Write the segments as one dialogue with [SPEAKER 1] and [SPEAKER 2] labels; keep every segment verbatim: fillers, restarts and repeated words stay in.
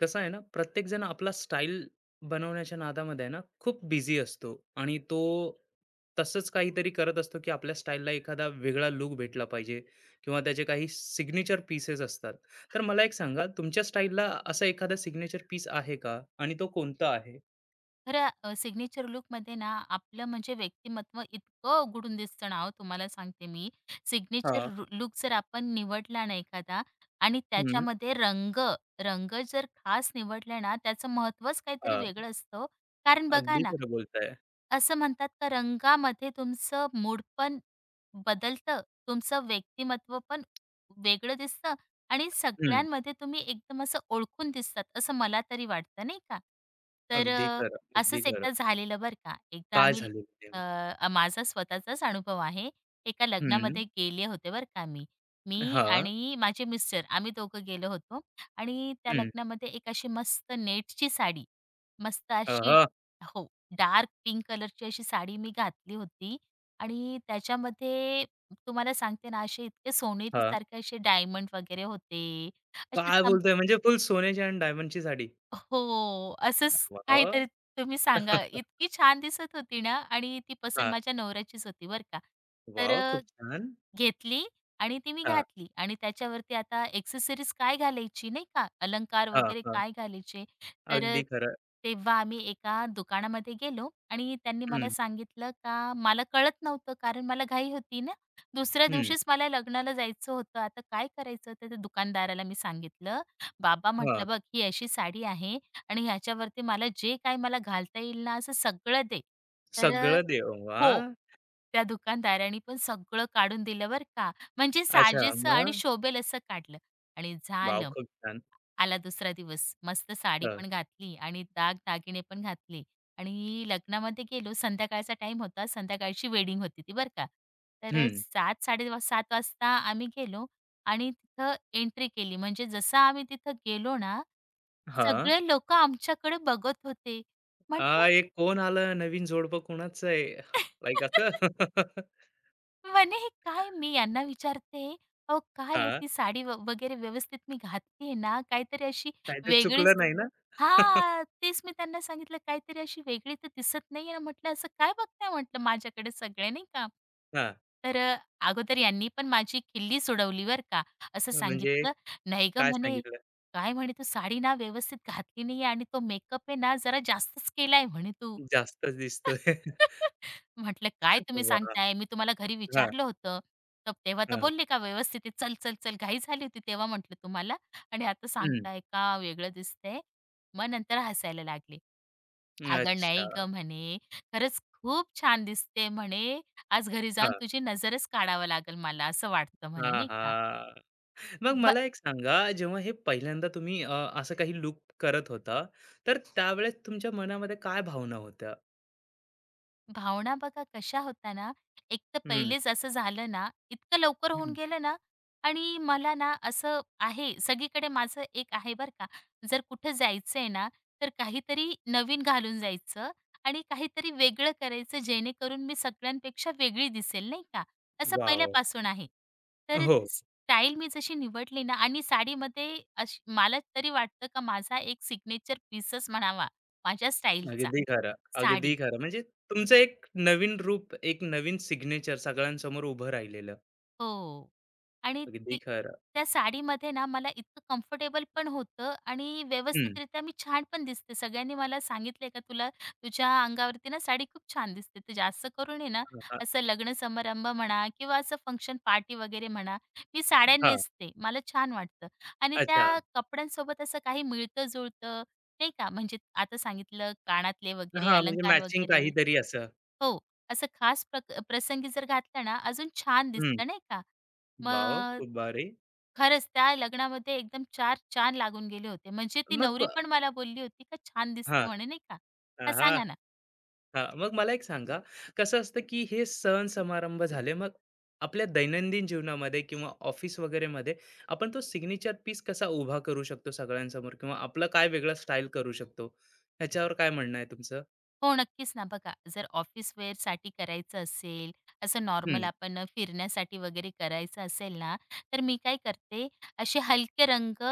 [SPEAKER 1] कसं आहे ना प्रत्येक जण आपला स्टाईल बनवण्याच्या नादामध्ये आहे ना खूप बिझी असतो आणि तो तसंच काहीतरी करत असतो की आपल्या स्टाईलला एखादा वेगळा लुक भेटला पाहिजे किंवा त्याचे काही सिग्नेचर पीसेस असतात. तर मला एक सांगा, तुमच्या स्टाईलला असा एखादा सिग्नेचर पीस आहे का आणि तो कोणता आहे?
[SPEAKER 2] खरं अ, सिग्नेचर लूकमध्ये ना आपलं म्हणजे व्यक्तिमत्व इतकं उघडून दिसतं ना हो, तुम्हाला सांगते मी.
[SPEAKER 1] हा.
[SPEAKER 2] सिग्नेचर रु लूक जर आपण निवडला ना एखादा आणि
[SPEAKER 1] हम्म.
[SPEAKER 2] त्याच्यामध्ये रंग, रंग जर खास निवडला ना त्याचं महत्त्वच काहीतरी
[SPEAKER 1] हा,
[SPEAKER 2] वेगळं असतं. कारण बघा
[SPEAKER 1] अगदी
[SPEAKER 2] ना,
[SPEAKER 1] खरं बोलताय.
[SPEAKER 2] असं म्हणतात का रंगामध्ये तुमचं मूड पण बदलतं, तुमचं व्यक्तिमत्व पण वेगळं दिसतं आणि
[SPEAKER 1] हम्म.
[SPEAKER 2] सगळ्यांमध्ये तुम्ही एकदम असं ओळखून दिसतात, असं मला तरी वाटतं नाही का? तर
[SPEAKER 1] अगदी
[SPEAKER 2] अ,
[SPEAKER 1] खरं अगदी
[SPEAKER 2] असंच
[SPEAKER 1] खरं
[SPEAKER 2] एकदा झालेलं बरं का. एकदा
[SPEAKER 1] काय
[SPEAKER 2] आम्ही
[SPEAKER 1] झालेलं ते?
[SPEAKER 2] अ, अ, माझा स्वतःचाच अनुभव आहे. एका
[SPEAKER 1] हम्म.
[SPEAKER 2] लग्नामध्ये गेले होते बरं का मी. मी
[SPEAKER 1] हा.
[SPEAKER 2] आणि माझे मिस्टर आम्ही दोघं गेलो होतो आणि त्या
[SPEAKER 1] हम्म.
[SPEAKER 2] लग्नामध्ये एक अशी मस्त नेटची साडी, मस्त अशी
[SPEAKER 1] हा.
[SPEAKER 2] हो. डार्क पिंक कलरची अशी साडी मी घातली होती आणि त्याच्यामध्ये तुम्हाला सांगते ना, असे इतके
[SPEAKER 1] हा,
[SPEAKER 2] सोनेरीसारखे असे डायमंड वगैरे होते. असे
[SPEAKER 1] काय
[SPEAKER 2] चम
[SPEAKER 1] बोलतोय म्हणजे फुल सोन्याची आणि डायमंडची साडी.
[SPEAKER 2] हो, असंच
[SPEAKER 1] वॉव!
[SPEAKER 2] काहीतरी तुम्ही सांगा. इतकी छान दिसत होती ना आणि ती
[SPEAKER 1] हां.
[SPEAKER 2] पसंत
[SPEAKER 1] वॉव!
[SPEAKER 2] माझ्या नवऱ्याचीच होती बरं का. तर
[SPEAKER 1] खूप छान.
[SPEAKER 2] घेतली आणि ती मी
[SPEAKER 1] हां,
[SPEAKER 2] घातली आणि त्याच्यावरती आता एक्सेसरीज काय घालायची नाही का, अलंकार
[SPEAKER 1] हां,
[SPEAKER 2] वगैरे
[SPEAKER 1] हां.
[SPEAKER 2] काय घालायचे. तर अ,
[SPEAKER 1] अगदी खरं.
[SPEAKER 2] तेव्हा आम्ही एका दुकानामध्ये गेलो आणि त्यांनी मला
[SPEAKER 1] हं,
[SPEAKER 2] सांगितलं का मला कळत नव्हतं कारण मला घाई होती ना. दुसऱ्या
[SPEAKER 1] हं.
[SPEAKER 2] दिवशीच मला लग्नाला जायचं होतं. आता काय करायचं? तर त्या दुकानदाराला मी सांगितलं, "बाबा,"
[SPEAKER 1] हां.
[SPEAKER 2] म्हटलं, "बघ ही अशी साडी आहे आणि ह्याच्यावरती मला जे काही मला घालता येईल ना असं सगळं दे." तर
[SPEAKER 1] सगळं देव,
[SPEAKER 2] हो.
[SPEAKER 1] वाह!
[SPEAKER 2] त्या दुकानदाराने पण सगळं काढून दिलं बरं का. म्हणजे
[SPEAKER 1] अच्छा,
[SPEAKER 2] साजेसं आणि
[SPEAKER 1] मग?
[SPEAKER 2] शोभेल असं काढलं आणि
[SPEAKER 1] वॉव!
[SPEAKER 2] झालं.
[SPEAKER 1] खूप छान.
[SPEAKER 2] आला दुसरा दिवस. मस्त साडी
[SPEAKER 1] हं,
[SPEAKER 2] पण घातली आणि दागदागिने पण घातले आणि लग्नामध्ये गेलो. संध्याकाळचा टाइम होता. संध्याकाळची वेडिंग होती ती बरं का. तर अ,
[SPEAKER 1] हं.
[SPEAKER 2] सात, साडेसात वाजता आम्ही गेलो आणि तिथं एंट्री केली. म्हणजे जसं आम्ही तिथं गेलो ना,
[SPEAKER 1] हां.
[SPEAKER 2] सगळे लोकं आमच्याकडे बघत होते.
[SPEAKER 1] आ,
[SPEAKER 2] म्हटलं
[SPEAKER 1] एक कोण आलं, नवीन जोडपं कोणाचं आहे? लाइक असं?
[SPEAKER 2] म्हणे, "हे काय?" मी यांना विचारते, "अहो, काय आहे
[SPEAKER 1] हां.
[SPEAKER 2] ती साडी व वगैरे व्यवस्थित मी घातलीये ना? काहीतरी अशी
[SPEAKER 1] काही ते
[SPEAKER 2] वेगळीच."
[SPEAKER 1] चुकलं नाही ना?
[SPEAKER 2] हां, तेच मी त्यांना सांगितलं, "काहीतरी अशी वेगळी तर दिसत नाहीये ना," म्हटलं, "असं काय बघताय?" म्हटलं, "माझ्याकडे सगळे नाही का?"
[SPEAKER 1] हां.
[SPEAKER 2] तर अ, अगोदर यांनी पण माझी खिल्ली सोडवली बरं का. असं
[SPEAKER 1] म्हणजे
[SPEAKER 2] सांगितलं, "नाही गं,"
[SPEAKER 1] काय
[SPEAKER 2] म्हणे,
[SPEAKER 1] सांगितलं?
[SPEAKER 2] "काय म्हणे तू साडी ना व्यवस्थित घातली नाहीये आणि तो मेकअप आहे ना, जरा जास्तच केलाय म्हणे तू."
[SPEAKER 1] जास्तच दिसतोय.
[SPEAKER 2] म्हटलं, "काय तुम्ही
[SPEAKER 1] वाह!
[SPEAKER 2] सांगताय? मी तुम्हाला घरी
[SPEAKER 1] हां,
[SPEAKER 2] विचारलं होतं." तर तेव्हा तर
[SPEAKER 1] हां.
[SPEAKER 2] बोलले का व्यवस्थित आहे, "चल, चल, चल." घाई झाली होती तेव्हा म्हटलं तुम्हाला आणि आता
[SPEAKER 1] हं.
[SPEAKER 2] सांगताय का वेगळं दिसतंय. मग नंतर हसायला लागले. "अगं
[SPEAKER 1] अच्छा.
[SPEAKER 2] नाही गं," म्हणे, "खरंच खूप छान दिसते," म्हणे, "आज घरी जाऊन
[SPEAKER 1] हां.
[SPEAKER 2] तुझी नजरच काढावं लागेल मला असं वाटतं," म्हणे
[SPEAKER 1] हां,
[SPEAKER 2] नाही का.
[SPEAKER 1] हां. मग
[SPEAKER 2] मग
[SPEAKER 1] मला एक सांगा, जेव्हा हे पहिल्यांदा तुम्ही अ, असं काही लूक करत होता, तर त्यावेळेस तुमच्या मनामध्ये काय भावना होत्या?
[SPEAKER 2] भावना बघा कशा होता ना, एक तर
[SPEAKER 1] हं,
[SPEAKER 2] पहिलेच असं झालं ना, इतकं लवकर होऊन
[SPEAKER 1] हं.
[SPEAKER 2] गेलं ना. आणि मला ना असं आहे, सगळीकडे माझं एक आहे बरं का, जर कुठं जायचंय ना, तर काहीतरी नवीन घालून जायचं आणि काहीतरी वेगळं करायचं, जेणेकरून मी सगळ्यांपेक्षा वेगळी दिसेल, नाही का? असं
[SPEAKER 1] वॉव!
[SPEAKER 2] पहिल्यापासून आहे. तर
[SPEAKER 1] हो.
[SPEAKER 2] ती स्टाईल मी जशी निवडली ना आणि साडीमध्ये अशी मला तरी वाटतं का माझा एक सिग्नेचर पीसच म्हणावा माझ्या स्टाईलचा,
[SPEAKER 1] अगदी खरं, अगदी
[SPEAKER 2] साडी.
[SPEAKER 1] खरं. म्हणजे तुमचं एक नवीन रूप, एक नवीन सिग्नेचर सगळ्यांसमोर उभं राहिलेलं.
[SPEAKER 2] हो. आणि
[SPEAKER 1] अगदी
[SPEAKER 2] ती
[SPEAKER 1] खरं.
[SPEAKER 2] त्या साडीमध्ये ना मला इतकं कम्फर्टेबल पण होतं आणि
[SPEAKER 1] हं.
[SPEAKER 2] व्यवस्थितरित्या मी छान पण दिसते. सगळ्यांनी मला सांगितलंय का तुला तुझ्या अंगावरती ना साडी खूप छान दिसते. तर जास्त करून आहे ना,
[SPEAKER 1] हां, हां.
[SPEAKER 2] असं लग्न समारंभ म्हणा किंवा असं फंक्शन पार्टी वगैरे म्हणा, मी साड्या
[SPEAKER 1] हां.
[SPEAKER 2] नेसते. मला छान वाटतं आणि
[SPEAKER 1] अच्छा.
[SPEAKER 2] त्या कपड्यांसोबत असं काही मिळतं-जुळतं नाही का. म्हणजे आता सांगितलं कानातले वगैरे,
[SPEAKER 1] हां, म्हणजे
[SPEAKER 2] अलंकार
[SPEAKER 1] मॅचिंग
[SPEAKER 2] वगैरे
[SPEAKER 1] काहीतरी असं.
[SPEAKER 2] हो. असं खास प्रक प्रसंगी जर घातला ना, अजून छान
[SPEAKER 1] हं.
[SPEAKER 2] दिसतं नाही का?
[SPEAKER 1] वॉव!
[SPEAKER 2] मग
[SPEAKER 1] खूप भारी.
[SPEAKER 2] खरंच त्या लग्नामध्ये एकदम चार चान लागून गेले होते. म्हणजे ती
[SPEAKER 1] मग
[SPEAKER 2] नवरी
[SPEAKER 1] अ,
[SPEAKER 2] पण मला बोलली होती का, "छान दिसतो"
[SPEAKER 1] हां.
[SPEAKER 2] म्हणे नाही का? हा सांगा ना?
[SPEAKER 1] हां, मग मला एक सांगा, कसं असतं की हे सण समारंभ झाले, मग आपल्या दैनंदिन जीवनामध्ये किंवा ऑफिस वगैरेमध्ये आपण तो सिग्नेचर पीस कसा उभा करू शकतो सगळ्यांसमोर किंवा आपला काय वेगळा स्टाईल करू शकतो? ह्याच्यावर काय म्हणणं आहे तुमचं?
[SPEAKER 2] हो, नक्कीच ना. बघा, जर ऑफिस वेअरसाठी करायचं असेल, असं नॉर्मल
[SPEAKER 1] हं,
[SPEAKER 2] आपण अ, फिरण्यासाठी वगैरे करायचं असेल ना, तर मी काय करते, असे हलके रंग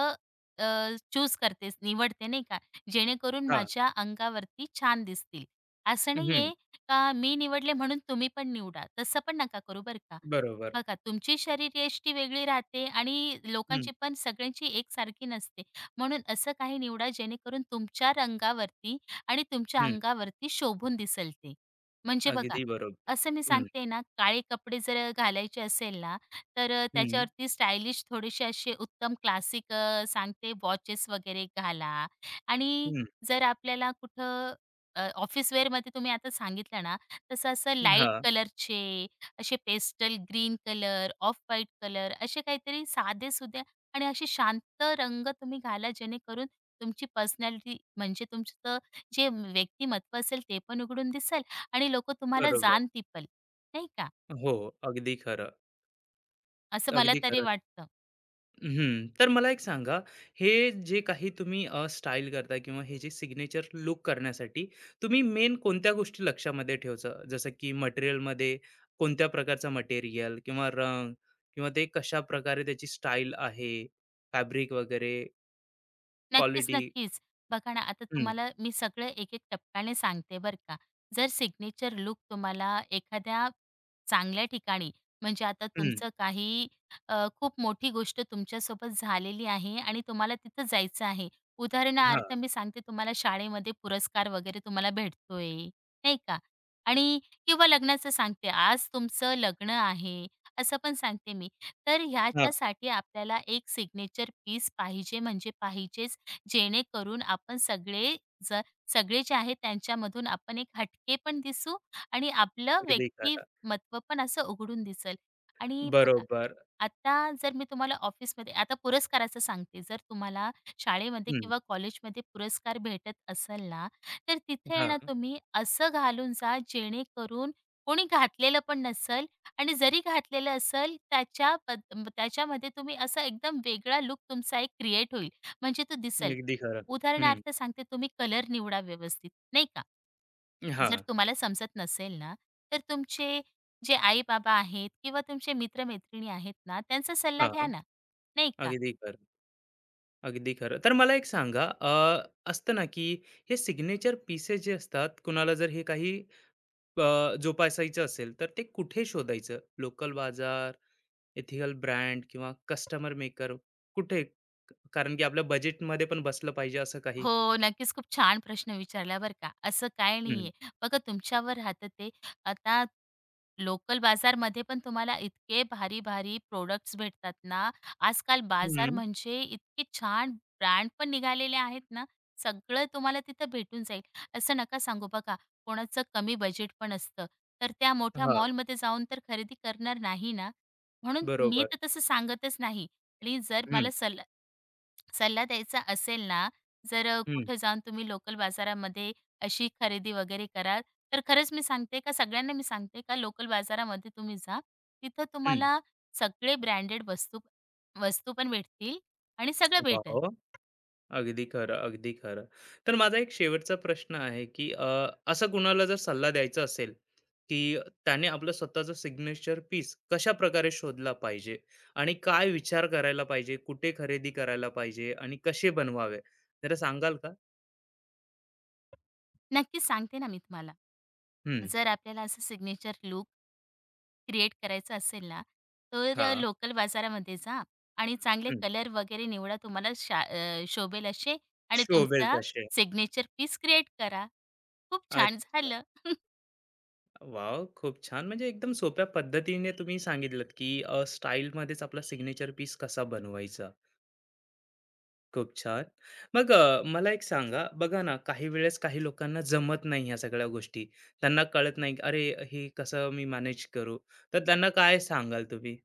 [SPEAKER 2] अ, चूज करते, निवडते नाही का, जेणेकरून
[SPEAKER 1] हां,
[SPEAKER 2] माझ्या अंगावरती छान दिसतील. असं
[SPEAKER 1] हं,
[SPEAKER 2] नाहीये का मी निवडले म्हणून तुम्ही पण निवडा, तसं पण नका करू बरं का.
[SPEAKER 1] बरोबर.
[SPEAKER 2] बघा, तुमची शरीरयष्टी वेगळी राहते आणि
[SPEAKER 1] हं,
[SPEAKER 2] लोकांची पण सगळ्यांची एकसारखी नसते. म्हणून असं काही निवडा जेणेकरून तुमच्या रंगावरती आणि तुमच्या
[SPEAKER 1] हं,
[SPEAKER 2] अंगावरती शोभून दिसेल ते. म्हणजे बघा,
[SPEAKER 1] अगदी बरोबर.
[SPEAKER 2] असं मी
[SPEAKER 1] हं,
[SPEAKER 2] सांगते ना, काळे कपडे जर घालायचे असेल ना, तर अ,
[SPEAKER 1] हं,
[SPEAKER 2] त्याच्यावरती स्टायलिश थोडेसे असे उत्तम क्लासिक अ, सांगते वॉचेस वगैरे घाला आणि
[SPEAKER 1] हं,
[SPEAKER 2] जर आपल्याला कुठं अ, ऑफिस वेअरमध्ये तुम्ही आता सांगितलं ना, तसं असं लाईट
[SPEAKER 1] हां,
[SPEAKER 2] कलरचे, असे pastel green colour, off white colour असे काहीतरी साधे-सुधे आणि असे शांत रंग तुम्ही घाला, जेणेकरून तुमची पर्सनॅलिटी म्हणजे तुमचं जे व्यक्तिमत्व असेल ते पण उघडून दिसेल आणि लोकं तुम्हाला
[SPEAKER 1] बरोबर.
[SPEAKER 2] जाण टिपल, नाही का?
[SPEAKER 1] हो, अगदी खरं,
[SPEAKER 2] असं मला
[SPEAKER 1] अगदी
[SPEAKER 2] तरी
[SPEAKER 1] खरं.
[SPEAKER 2] वाटतं.
[SPEAKER 1] हं, तर मला एक सांगा, हे जे काही तुम्ही अ, स्टाईल करता किंवा हे जे सिग्नेचर लूक करण्यासाठी तुम्ही मेन कोणत्या गोष्टी लक्षामध्ये ठेवता? जसं की मटेरियलमध्ये कोणत्या प्रकारचा मटेरियल किंवा रंग किंवा ते कशाप्रकारे त्याची स्टाईल आहे, फॅब्रिक वगैरे,
[SPEAKER 2] नक्कीच,
[SPEAKER 1] क्वालिटी?
[SPEAKER 2] नक्कीच. बघा ना, आता
[SPEAKER 1] हं,
[SPEAKER 2] तुम्हाला मी सगळं एक-एक टप्प्याने सांगते बरं का. जर सिग्नेचर लुक तुम्हाला एखाद्या चांगल्या ठिकाणी म्हणजे आता
[SPEAKER 1] हं.
[SPEAKER 2] तुमचं काही अ, खूप मोठी गोष्ट तुमच्यासोबत झालेली आहे आणि तुम्हाला तिथं जायचं आहे. उदाहरणार्थ
[SPEAKER 1] हां,
[SPEAKER 2] मी सांगते तुम्हाला शाळेमध्ये पुरस्कार वगैरे तुम्हाला भेटतोय, नाही का? आणि किंवा लग्नाचं सांगते, आज तुमचं लग्न आहे, असं पण सांगते मी. तर
[SPEAKER 1] हां.
[SPEAKER 2] ह्याच्यासाठी आपल्याला एक सिग्नेचर पीस पाहिजे म्हणजे पाहिजेच. जेणेकरून आपण सगळे ज सगळे जे आहेत त्यांच्यामधून आपण एक हटके पण दिसू आणि आपलं
[SPEAKER 1] अगदी खरं.
[SPEAKER 2] व्यक्तिमत्व पण असं उघडून दिसेल. आणि बघा,
[SPEAKER 1] बरोबर.
[SPEAKER 2] आता जर मी तुम्हाला ऑफिसमध्ये आता पुरस्काराचं सांगते. जर तुम्हाला शाळेमध्ये
[SPEAKER 1] हं.
[SPEAKER 2] किंवा कॉलेजमध्ये पुरस्कार भेटत असेल ना, तर तिथे ना
[SPEAKER 1] हां.
[SPEAKER 2] तुम्ही असं घालून जा जेणेकरून कोणी घातलेलं पण नसेल आणि जरी घातलेलं असेल त्याच्या त्याच्यामध्ये तुम्ही असा एकदम वेगळा लूक तुमचा एक क्रिएट होईल. म्हणजे तो दिसेल.
[SPEAKER 1] अगदी खरं. हं.
[SPEAKER 2] उदाहरणार्थ सांगते, तुम्ही कलर निवडा व्यवस्थित, नाही का? जर
[SPEAKER 1] हां,
[SPEAKER 2] तुम्हाला समजत नसेल ना, तर तुमचे जे आई-बाबा आहेत किंवा तुमचे मित्र-मैत्रिणी आहेत ना, त्यांचा सल्ला घ्या
[SPEAKER 1] हां.
[SPEAKER 2] ना, नाही का?
[SPEAKER 1] अगदी खरं. अगदी खरं. तर मला एक सांगा, अ, असतं ना की हे सिग्नेचर पीसेस जे असतात, कुणाला जर हे काही अ, जोपासायचं असेल, तर ते कुठे शोधायचं? लोकल बाजार, एथिकल ब्रँड किंवा कस्टमर मेकर कुठे? कारण की आपल्या बजेटमध्ये पण बसलं पाहिजे असं काही.
[SPEAKER 2] हो, नक्कीच. खूप छान प्रश्न विचारला बरं का. असं काही
[SPEAKER 1] हं.
[SPEAKER 2] नाहीये. बघा तुमच्यावर राहतं ते. आता लोकल बाजारमध्ये पण तुम्हाला इतके भारी-भारी प्रोडक्ट्स भेटतात ना. आजकाल बाजार
[SPEAKER 1] हं.
[SPEAKER 2] म्हणजे इतके छान ब्रँड पण निघालेले आहेत ना, सगळं तुम्हाला तिथं भेटून जाईल. असं नका सांगू बघा, कोणाचं कमी बजेट पण असतं, तर त्या मोठ्या
[SPEAKER 1] हां.
[SPEAKER 2] मॉलमध्ये जाऊन तर खरेदी करणार नाही ना. म्हणून मी
[SPEAKER 1] बरोबर.
[SPEAKER 2] तर तसं सांगतच नाही आणि जर
[SPEAKER 1] हं,
[SPEAKER 2] मला सल सल्ला द्यायचा असेल ना, जर अ,
[SPEAKER 1] हं,
[SPEAKER 2] कुठं जाऊन तुम्ही लोकल बाजारामध्ये अशी खरेदी वगैरे कराल, तर खरंच मी सांगते का सगळ्यांना मी सांगते का लोकल बाजारामध्ये तुम्ही जा. तिथं
[SPEAKER 1] हं.
[SPEAKER 2] तुम्हाला सगळे ब्रँडेड वस्तू वस्तू पण भेटतील आणि सगळं भेटेल.
[SPEAKER 1] वाह! अगदी खरं, अगदी खरं. तर माझा एक शेवटचा प्रश्न आहे, की अ, असा कुणाला जर सल्ला द्यायचा असेल, की त्याने आपलं स्वतःचं सिग्नेचर पीस कशा प्रकारे शोधला पाहिजे आणि काय विचार करायला पाहिजे, कुठे खरेदी करायला पाहिजे आणि कसे बनवावे? जरा सांगाल का?
[SPEAKER 2] नक्कीच सांगते ना मी तुम्हाला.
[SPEAKER 1] हं,
[SPEAKER 2] जर आपल्याला असं सिग्नेचर लूक क्रिएट करायचं असेल ना, तर
[SPEAKER 1] हां,
[SPEAKER 2] लोकल बाजारामध्ये जा आणि चांगले
[SPEAKER 1] हं.
[SPEAKER 2] कलर वगैरे निवडा तुम्हाला शा अ, शोभेल असे आणि
[SPEAKER 1] शोभेल
[SPEAKER 2] तुमचा
[SPEAKER 1] तसे.
[SPEAKER 2] सिग्नेचर पीस क्रिएट करा. खूप छान
[SPEAKER 1] अच्छा.
[SPEAKER 2] झालं.
[SPEAKER 1] वॉव! खूप छान. म्हणजे एकदम सोप्या पद्धतीने तुम्ही सांगितलत, की अ, स्टाईलमध्येच आपला सिग्नेचर पीस कसा बनवायचा. खूप छान. मग अ, मला एक सांगा, बघा ना, काही वेळेस काही लोकांना जमत नाही ह्या सगळ्या गोष्टी. त्यांना कळत नाही, की "अरे, हे कसं मी मॅनेज करू?" तर त्यांना काय सांगाल तुम्ही?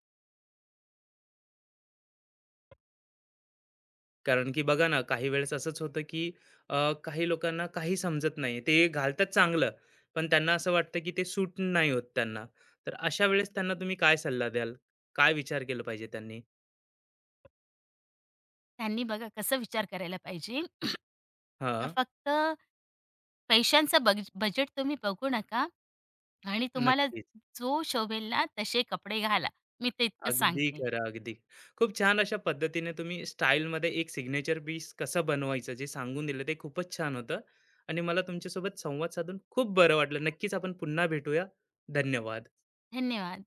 [SPEAKER 1] कारण की बघा ना, काही वेळेस असंच होतं, की अ, काही लोकांना काही समजत नाही. ते घालतात चांगलं, पण त्यांना असं वाटतं, की ते सूट नाही होत त्यांना. तर अशा वेळेस त्यांना तुम्ही काय सल्ला द्याल? काय विचार केला पाहिजे त्यांनी?
[SPEAKER 2] त्यांनी बघा कसं विचार करायला पाहिजे, का
[SPEAKER 1] हां,
[SPEAKER 2] फक्त पैशांचं बग बजेट तुम्ही बघू नका आणि तुम्हाला
[SPEAKER 1] नक्कीच.
[SPEAKER 2] जो शोभेल ना तसे कपडे घाला. मी ते इतकं
[SPEAKER 1] अगदी
[SPEAKER 2] सांगते.
[SPEAKER 1] खरं, अगदी. खूप छान अशा पद्धतीने तुम्ही स्टाईलमध्ये एक सिग्नेचर पीस कसं बनवायचं जे सांगून दिलं ते खूपच छान होतं आणि मला तुमच्यासोबत संवाद साधून खूप बरं वाटलं. नक्कीच आपण पुन्हा भेटूया. धन्यवाद.
[SPEAKER 2] धन्यवाद.